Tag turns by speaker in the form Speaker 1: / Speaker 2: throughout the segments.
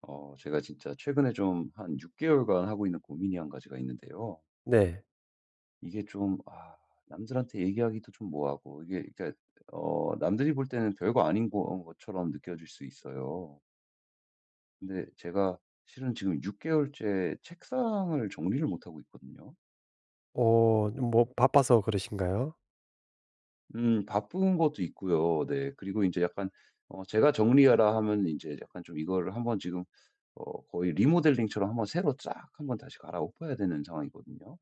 Speaker 1: 제가 진짜 최근에 좀 한 6개월간 하고 있는 고민이 한 가지가 있는데요.
Speaker 2: 네.
Speaker 1: 이게 좀, 남들한테 얘기하기도 좀 뭐하고, 이게, 그러니까, 남들이 볼 때는 별거 아닌 것처럼 느껴질 수 있어요. 근데 제가 실은 지금 6개월째 책상을 정리를 못하고 있거든요.
Speaker 2: 뭐 바빠서 그러신가요?
Speaker 1: 바쁜 것도 있고요. 네. 그리고 이제 약간, 제가 정리하라 하면 이제 약간 좀 이거를 한번 지금, 거의 리모델링처럼 한번 새로 쫙 한번 다시 갈아엎어야 되는 상황이거든요.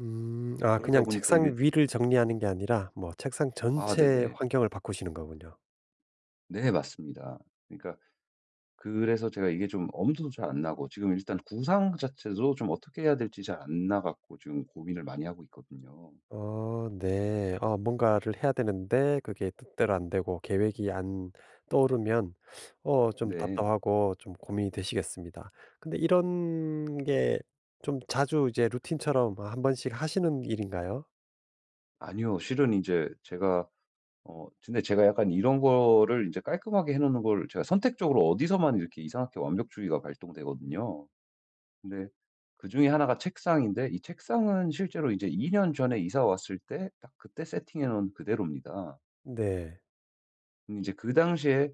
Speaker 2: 음. 아,
Speaker 1: 그러다
Speaker 2: 그냥
Speaker 1: 보니까 이게
Speaker 2: 책상 위를 정리하는 게 아니라 뭐 책상 전
Speaker 1: 아
Speaker 2: 체
Speaker 1: 네네.
Speaker 2: 환경을 바꾸시는 거군요.
Speaker 1: 네 맞습니다. 그러니까 그래서 제가 이게 좀 엄두도 잘 안 나고 지금 일단 구상 자체도 좀 어떻게 해야 될지 잘 안 나 갖고 지금 고민을 많이 하고 있거든요.
Speaker 2: 네. 뭔가를 해야 되는데 그게 뜻대로 안 되고 계획이 안 떠오르면 좀
Speaker 1: 네.
Speaker 2: 답답하고 좀 고민이 되시겠습니다. 근데 이런 게 좀 자주 이제 루틴처럼 한 번씩 하시는 일인가요?
Speaker 1: 아니요. 실은 이제 제가 근데 제가 약간 이런 거를 이제 깔끔하게 해 놓는 걸 제가 선택적으로 어디서만 이렇게 이상하게 완벽주의가 발동되거든요. 근데 그중에 하나가 책상인데 이 책상은 실제로 이제 이제2 년 전에 이사 왔을 때 딱 그때 세팅해 놓은 그대로입니다.
Speaker 2: 네.
Speaker 1: 근데 제그 당시에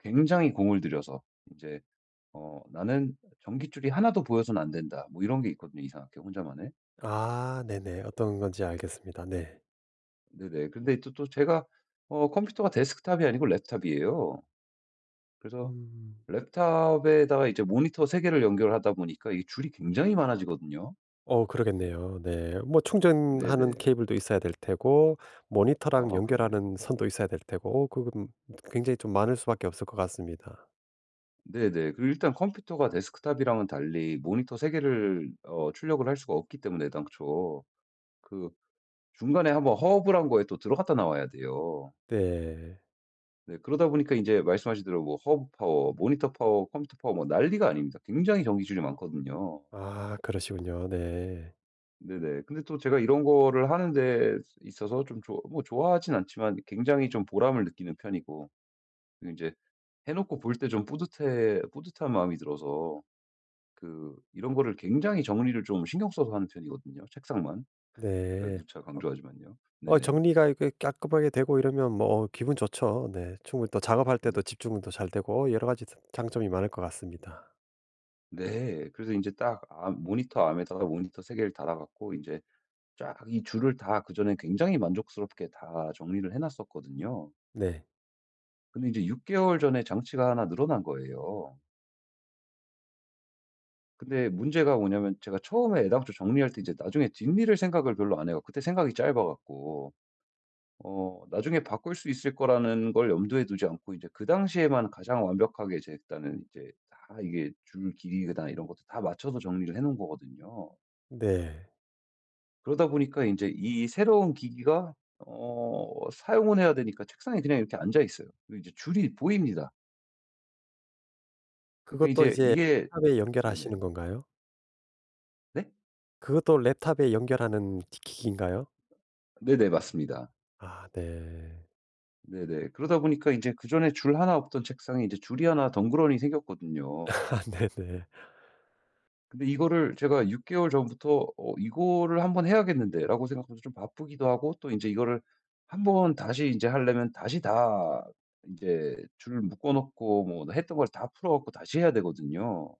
Speaker 1: 굉장히 공을 들여서 이제 "나는 전깃줄이 하나도 보여서는 안 된다." 뭐 이런 게 있거든요, 이상하게 혼자만의.
Speaker 2: 아 네네. 어떤 건지 알겠습니다. 네.
Speaker 1: 네네. 근데 또 제가 컴퓨터가 데스크탑이 아니고 랩탑이에요. 그래서
Speaker 2: 음.
Speaker 1: 랩탑에다가 이제 모니터 세 개를 연결하다 보니까 이 줄이 굉장히 많아지거든요.
Speaker 2: 그러겠네요. 네. 뭐 충전하는
Speaker 1: 네네.
Speaker 2: 케이블도 있어야 될 테고 모니터랑
Speaker 1: 아 그럼요.
Speaker 2: 연결하는 선도 있어야 될 테고 그건 굉장히 좀 많을 수밖에 없을 것 같습니다.
Speaker 1: 네네. 그리고 일단 컴퓨터가 데스크탑이랑은 달리 모니터 세 개를 출력을 할 수가 없기 때문에 당초 그 중간에 한번 허브란 거에 또 들어갔다 나와야 돼요.
Speaker 2: 네.
Speaker 1: 네. 그러다 보니까 이제 말씀하신 대로 뭐 허브 파워, 모니터 파워, 컴퓨터 파워 뭐 난리가 아닙니다. 굉장히 정기줄이 많거든요.
Speaker 2: 아 그러시군요. 네.
Speaker 1: 네네. 근데 또 제가 이런 거를 하는 데 있어서 좀 좋아 뭐 좋아하진 않지만 굉장히 좀 보람을 느끼는 편이고 그리고 제해 놓고 볼 때 좀 뿌듯해 뿌듯한 마음이 들어서 그 이런 거를 굉장히 정리를 좀 신경 써서 하는 편이거든요, 책상만. 제가
Speaker 2: 네.
Speaker 1: 누차 강조하지만요. 네네.
Speaker 2: 정리가 이렇게 깔끔하게 되고 이러면 뭐 기분 좋죠. 네. 충분히 또 작업할 때도
Speaker 1: 근데
Speaker 2: 집중도 잘 되고 여러 가지 장점이 많을 것 같습니다.
Speaker 1: 네. 그래서 이제 딱 암 모니터 암에다가 모니터 세 개를 달아 갖고 이제 쫙 이 줄을 다 그전에 굉장히 만족스럽게 다 정리를 해 놨었거든요.
Speaker 2: 네.
Speaker 1: 근데 이제 6 개월 전에 장치가 하나 늘어난 거예요. 근데 문제가 뭐냐면 제가 처음에 애당초 정리할 때 이제 나중에 뒷일을 생각을 별로 안 해요. 그때 생각이 짧아 갖고. 나중에 바꿀 수 있을 거라는 걸 염두에 두지 않고 이제 그 당시에만 가장 완벽하게 제 일단은 이제 다 이게 줄 길이 그다이런 것도 다 맞춰서 정리를 해 놓은 거거든요.
Speaker 2: 네.
Speaker 1: 그러다 보니까 이제 이 새로운 기기가 사용은 해야 되니까 책상에 그냥 이렇게 앉아 있어요. 그리고 이제 줄이 보입니다. 그러니까
Speaker 2: 그것도
Speaker 1: 이제
Speaker 2: 이제
Speaker 1: 이게
Speaker 2: 탑에
Speaker 1: 네네.
Speaker 2: 연결하시는 건가요?
Speaker 1: 네?
Speaker 2: 그것도 랩탑에 연결하는 기기인가요?
Speaker 1: 네네. 맞습니다.
Speaker 2: 아 네.
Speaker 1: 네네. 그러다 보니까 이제 그전에 줄 하나 없던 책상에 이제 줄이 하나 덩그러니 생겼거든요.
Speaker 2: 아 네네.
Speaker 1: 근데 이거를 제가 6 개월 전부터 '어 이거를 한번 해야겠는데.'라고 생각하면서 좀 바쁘기도 하고 또 이제 이거를 한번 다시 이제 하려면 다시 다 이제 줄 묶어 놓고 뭐 했던 걸 다 풀어 갖고 다시 해야 되거든요.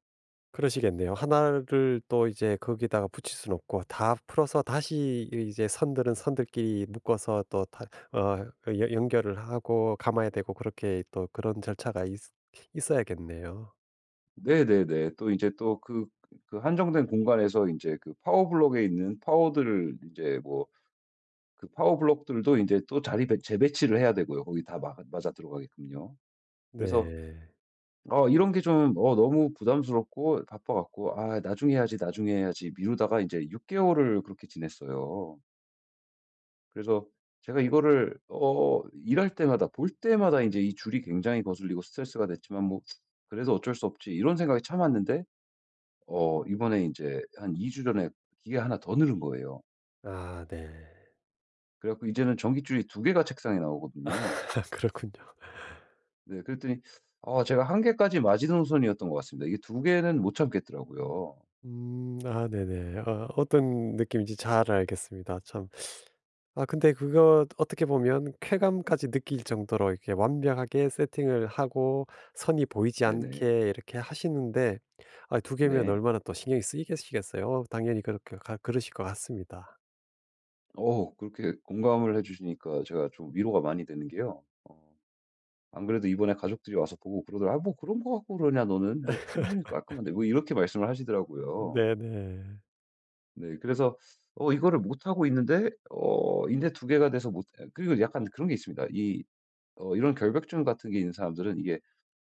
Speaker 2: 그러시겠네요. 하나를 또 이제 거기다가 붙일 수는 없고 다 풀어서 다시 이제 선들은 선들끼리 묶어서 또 다 어 여 연결을 하고 감아야 되고 그렇게 또 그런 절차가 있 있어야겠네요.
Speaker 1: 네네네. 또 이제 또 그 한정된 공간에서 이제 그 파워 블록에 있는 파워들을 이제 뭐 그 파워 블록들도 이제 또 자리 배 재배치를 해야 되고요. 거기 다 맞아 들어가게끔요. 그래서
Speaker 2: 네.
Speaker 1: 이런 게 좀 너무 부담스럽고 바빠 갖고 '아 나중에 해야지, 나중에 해야지.' 미루다가 이제6 개월을 그렇게 지냈어요. 그래서 제가 이거를 일할 때마다 볼 때마다 이제 이 줄이 굉장히 거슬리고 스트레스가 됐지만 뭐 '그래도 어쩔 수 없지.' 이런 생각이 참았는데 이번에 이제한 2주 전에 기계 하나 더 늘은 거예요.
Speaker 2: 아 네.
Speaker 1: 그래 갖고 이제는 전깃줄이 두 개가 책상에 나오거든요.
Speaker 2: 그렇군요.
Speaker 1: 네 그랬더니 아 제가 한 개까지 마지노선이었던 것 같습니다. 이게 두 개는 못 참겠더라고요.
Speaker 2: 음. 아 네네. 어떤 느낌인지 잘 알겠습니다. 참. 아 근데 그거 어떻게 보면 쾌감까지 느낄 정도로 이렇게 완벽하게 세팅을 하고 선이 보이지
Speaker 1: 네네.
Speaker 2: 않게 이렇게 하시는데 아 두 개면
Speaker 1: 네.
Speaker 2: 얼마나 또 신경이 쓰이겠시겠어요. 당연히 그렇게 가 그러실 것 같습니다.
Speaker 1: 그렇게 공감을 해 주시니까 제가 좀 위로가 많이 되는 게요. 안 그래도 이번에 가족들이 와서 보고 그러더라 "아 뭐 그런 거 갖고 그러냐 너는. 뭐 충분히 깔끔한데." 뭐 이렇게 말씀을 하시더라고요.
Speaker 2: 네네. 네.
Speaker 1: 네. 그래서 이거를 못하고 있는데 인대 두 개가 돼서 못 그리고 약간 그런 게 있습니다. 이 어 이런 결벽증 같은 게 있는 사람들은 이게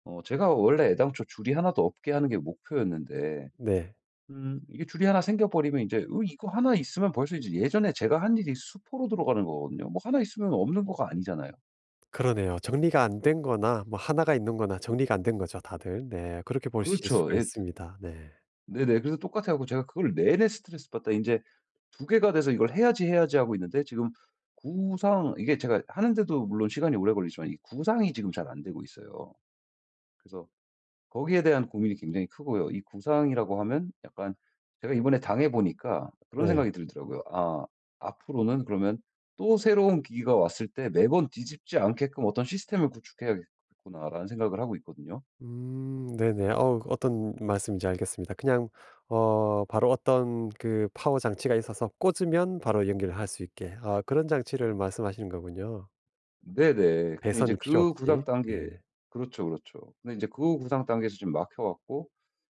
Speaker 1: 제가 원래 애당초 줄이 하나도 없게 하는 게 목표였는데
Speaker 2: 네.
Speaker 1: 이게 줄이 하나 생겨 버리면 인제 으 이거 하나 있으면 벌써 이제 예전에 제가 한 일이 수포로 들어가는 거거든요. 뭐 하나 있으면 없는 거가 아니잖아요.
Speaker 2: 그러네요. 정리가 안 된 거나 뭐 하나가 있는 거나 정리가 안 된 거죠 다들. 네. 그렇게 보실
Speaker 1: 그렇죠.
Speaker 2: 수가
Speaker 1: 예.
Speaker 2: 있습니다. 네.
Speaker 1: 네네. 그래서 똑같아 갖고 제가 그걸 내내 스트레스 받다 인제 두 개가 돼서 이걸 해야지, 해야지 하고 있는데 지금 구상 이게 제가 하는데도 물론 시간이 오래 걸리지만 이 구상이 지금 잘 안 되고 있어요. 그래서 거기에 대한 고민이 굉장히 크고요. 이 구상이라고 하면 약간 제가 이번에 당해 보니까 그런
Speaker 2: 네.
Speaker 1: 생각이 들더라고요. '아 앞으로는 그러면 또 새로운 기기가 왔을 때 매번 뒤집지 않게끔 어떤 시스템을 구축해야겠구나.'라는 생각을 하고 있거든요.
Speaker 2: 네네. 어떤 말씀인지 알겠습니다. 그냥 바로 어떤 그 파워 장치가 있어서 꽂으면 바로 연결할 수 있게 아 그런 장치를 말씀하시는 거군요.
Speaker 1: 네네. 근데 이제
Speaker 2: 배선이 필요
Speaker 1: 그 구상
Speaker 2: 없이.
Speaker 1: 단계
Speaker 2: 네.
Speaker 1: 그렇죠, 그렇죠. 근데 인제 그 구상 단계에서 지금 막혀 갖고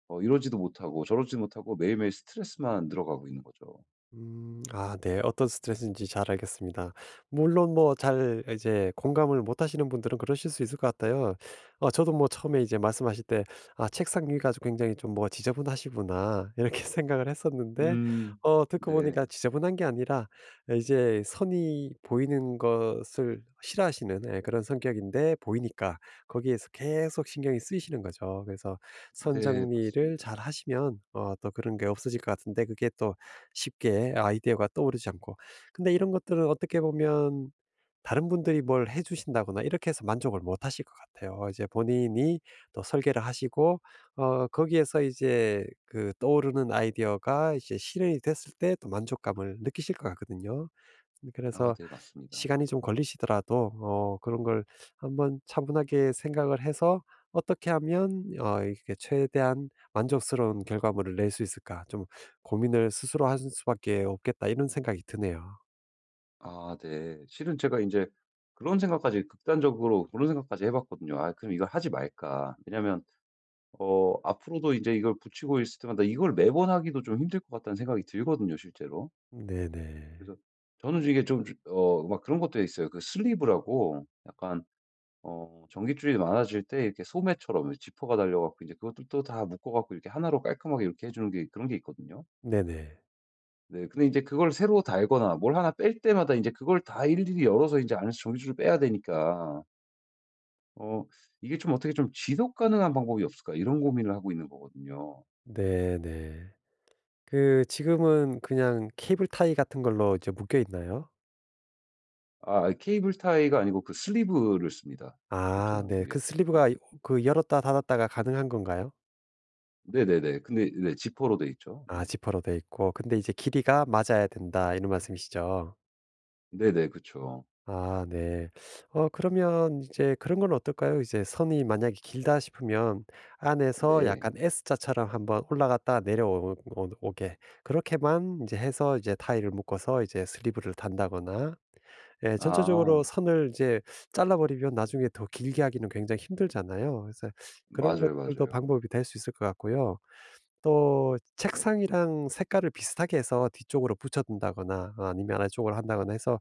Speaker 1: 이러지도 못하고 저러지도 못하고 매일매일 스트레스만 늘어가고 있는 거죠.
Speaker 2: 음. 아 네. 어떤 스트레스인지 잘 알겠습니다. 물론 뭐 잘 이제 공감을 못 하시는 분들은 그러실 수 있을 것 같아요. 저도 뭐 처음에 이제 말씀하실 때 '아 책상 위가 좀 굉장히 좀 뭐 지저분하시구나.' 이렇게 생각을 했었는데
Speaker 1: 음.
Speaker 2: 듣고
Speaker 1: 네.
Speaker 2: 보니까 지저분한 게 아니라 이제 선이 보이는 것을 싫어하시는 예 그런 성격인데 보이니까 거기에서 계속 신경이 쓰이시는 거죠. 그래서 선
Speaker 1: 네
Speaker 2: 정리를
Speaker 1: 맞습니다.
Speaker 2: 잘 하시면 또 그런 게 없어질 것 같은데 그게 또 쉽게 아이디어가 떠오르지 않고. 근데 이런 것들은 어떻게 보면 다른 분들이 뭘 해 주신다거나 이렇게 해서 만족을 못 하실 것 같아요. 이제 본인이 또 설계를 하시고 거기에서 이제 그 떠오르는 아이디어가 이제 실현이 됐을 때 또 만족감을 느끼실 것 같거든요.
Speaker 1: 아
Speaker 2: 그래서
Speaker 1: 네 맞습니다.
Speaker 2: 시간이 좀 걸리시더라도 그런 걸 한번 차분하게 생각을 해서 '어떻게 하면 이렇게 최대한 만족스러운 결과물을 낼 수 있을까.' 좀 고민을 스스로 할 수밖에 없겠다.' 이런 생각이 드네요.
Speaker 1: 아 네. 실은 제가 인제 그런 생각까지 극단적으로 그런 생각까지 해 봤거든요. '아 그럼 이걸 하지 말까.' 왜냐면 앞으로도 인제 이걸 붙이고 있을 때마다 이걸 매번 하기도 좀 힘들 것 같다는 생각이 들거든요 실제로.
Speaker 2: 네네.
Speaker 1: 그래서 저는 이게 좀 막 그런 것도 있어요. 그 슬리브라고 약간 전깃줄이 많아질 때 이렇게 소매처럼 지퍼가 달려 갖고 이제 그것들도 다 묶어 갖고 이렇게 하나로 깔끔하게 이렇게 해 주는 게 그런 게 있거든요.
Speaker 2: 네네.
Speaker 1: 네. 근데 이제 그걸 새로 달거나 뭘 하나 뺄 때마다 이제 그걸 다 일일이 열어서 이제 안에서 전깃줄을 빼야 되니까 어 '이게 좀 어떻게 좀 지속 가능한 방법이 없을까?' 이런 고민을 하고 있는 거거든요.
Speaker 2: 네네. 그 지금은 그냥 케이블 타이 같은 걸로 이제 묶여 있나요?
Speaker 1: 아 케이블 타이가 아니고 그 슬리브를 씁니다.
Speaker 2: 아
Speaker 1: 보통
Speaker 2: 네.
Speaker 1: 이게
Speaker 2: 그
Speaker 1: 음
Speaker 2: 슬리브가 이 그 열었다 닫았다가 가능한 건가요?
Speaker 1: 네네네. 근데 네 지퍼로 돼 있죠.
Speaker 2: 아
Speaker 1: 네.
Speaker 2: 지퍼로 돼 있고 근데 이제 "길이가 맞아야 된다." 이런 말씀이시죠?
Speaker 1: 네네. 그쵸.
Speaker 2: 아 네. 그러면 이제 그런 건 어떨까요? 이제 선이 만약에 길다 싶으면 안에서
Speaker 1: 네.
Speaker 2: 약간 S자처럼 한번 올라갔다 내려오 게 그렇게만 이제 해서 이제 타일을 묶어서 이제 슬리브를 단다거나 예 전체적으로
Speaker 1: 아.
Speaker 2: 선을 이제 잘라 버리면 나중에 더 길게 하기는 굉장히 힘들잖아요. 그래서 그런
Speaker 1: 맞아요,
Speaker 2: 것들도
Speaker 1: 맞아요.
Speaker 2: 방법이 될 수 있을 것 같고요. 또 책상이랑 색깔을 비슷하게 해서 뒤쪽으로 붙여 둔다거나 아니면 아래쪽으로 한다거나 해서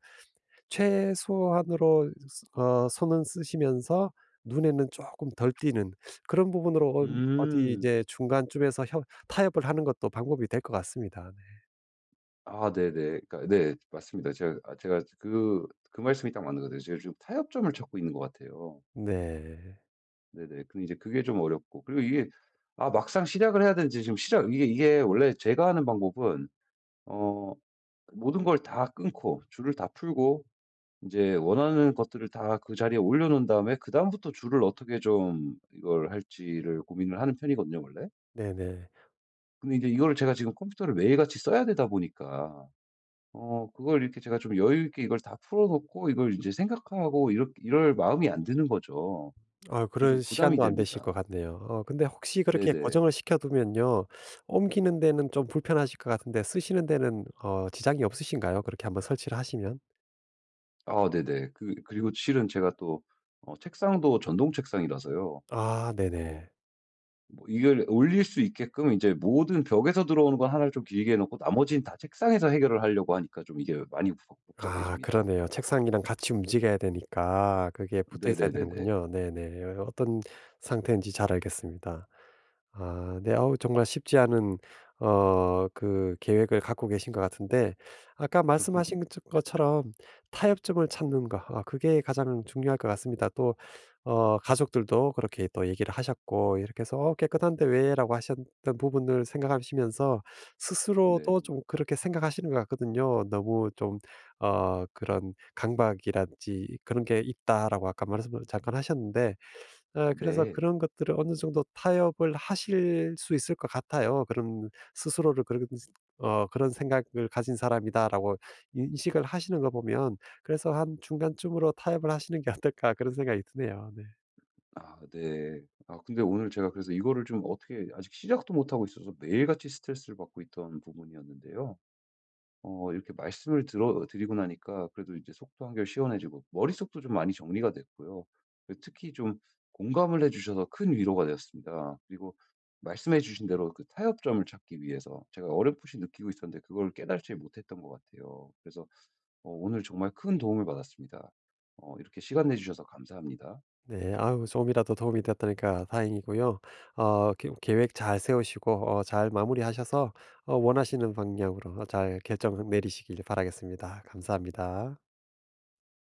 Speaker 2: 최소한으로 손은 쓰시면서 눈에는 조금 덜 띄는 그런 부분으로 온 어디
Speaker 1: 음.
Speaker 2: 이제 중간쯤에서 협 타협을 하는 것도 방법이 될 것 같습니다.
Speaker 1: 아 네네. 그러니까 네 맞습니다. 제가 그 말씀이 딱 맞는 것 같아요. 제가 지금 타협점을 찾고 있는 것 같아요.
Speaker 2: 네.
Speaker 1: 네네. 근데 이제 그게 좀 어렵고 그리고 이게 아 막상 시작을 해야 되는지 지금 시작 이게 원래 제가 하는 방법은 어 모든 걸 다 끊고 줄을 다 풀고 이제 원하는 것들을 다 그 자리에 올려 놓은 다음에 그다음부터 줄을 어떻게 좀 이걸 할지를 고민을 하는 편이거든요 원래.
Speaker 2: 네네.
Speaker 1: 근데 이제 이거를 제가 지금 컴퓨터를 매일같이 써야 되다 보니까 그걸 이렇게 제가 좀 여유 있게 이걸 다 풀어 놓고 이걸 이제 생각하고 이렇 이럴 마음이 안 드는 거죠.
Speaker 2: 아
Speaker 1: 그게 좀
Speaker 2: 그럴
Speaker 1: 부담이
Speaker 2: 시간도 안 되실 것
Speaker 1: 됩니다.
Speaker 2: 같네요. 근데 혹시 그렇게
Speaker 1: 네네.
Speaker 2: 고정을 시켜 두면요. 옮기는 데는 좀 불편하실 것 같은데 쓰시는 데는 지장이 없으신가요? 그렇게 한번 설치를 하시면?
Speaker 1: 아 네네. 그 그리고 실은 제가 또 책상도 전동 책상이라서요.
Speaker 2: 아
Speaker 1: 어
Speaker 2: 네네.
Speaker 1: 뭐 이걸 올릴 수 있게끔 이제 모든 벽에서 들어오는 건 하나를 좀 길게 해 놓고 나머지는 다 책상에서 해결을 하려고 하니까 좀 이게 많이 복
Speaker 2: 아
Speaker 1: 복잡해집니다.
Speaker 2: 그러네요. 책상이랑 같이 움직여야 되니까 그게 붙어 있어야
Speaker 1: 네네네네.
Speaker 2: 되는군요. 네네. 어떤 상태인지 잘 알겠습니다. 아 네. 어우 정말 쉽지 않은 어 그 계획을 갖고 계신 것 같은데 아까 말씀하신 것처럼 타협점을 찾는 거 아 그게 가장 중요할 것 같습니다. 또 가족들도 그렇게 또 얘기를 하셨고 이렇게 해서 "어 깨끗한데 왜?" 라고 하셨던 부분을 생각하시면서 스스로도
Speaker 1: 네.
Speaker 2: 좀 그렇게 생각하시는 것 같거든요. 너무 좀 그런 강박이라든지 그런 게 있다라고 아까 말씀을 잠깐 하셨는데 아 그래서
Speaker 1: 네.
Speaker 2: 그런 것들을 어느 정도 타협을 하실 수 있을 것 같아요. 그런 스스로를 그런 생각을 가진 사람이다라고 인식을 하시는 거 보면 그래서 한 중간쯤으로 타협을 하시는 게 어떨까 그런 생각이 드네요. 네.
Speaker 1: 아 네. 아 근데 오늘 제가 그래서 이거를 좀 어떻게 아직 시작도 못하고 있어서 매일같이 스트레스를 받고 있던 부분이었는데요. 이렇게 말씀을 들어 드리고 나니까 그래도 이제 속도 한결 시원해지고 머릿속도 좀 많이 정리가 됐고요. 그 특히 좀 공감을 해 주셔서 큰 위로가 되었습니다. 그리고 말씀해 주신 대로 그 타협점을 찾기 위해서 제가 어렴풋이 느끼고 있었는데 그걸 깨달지 못했던 것 같아요. 그래서 오늘 정말 큰 도움을 받았습니다. 이렇게 시간 내 주셔서 감사합니다.
Speaker 2: 네. 아유 조금이라도 도움이 되었다니까 다행이고요. 어 계 계획 잘 세우시고 잘 마무리하셔서 원하시는 방향으로 잘 결정 내리시길 바라겠습니다. 감사합니다.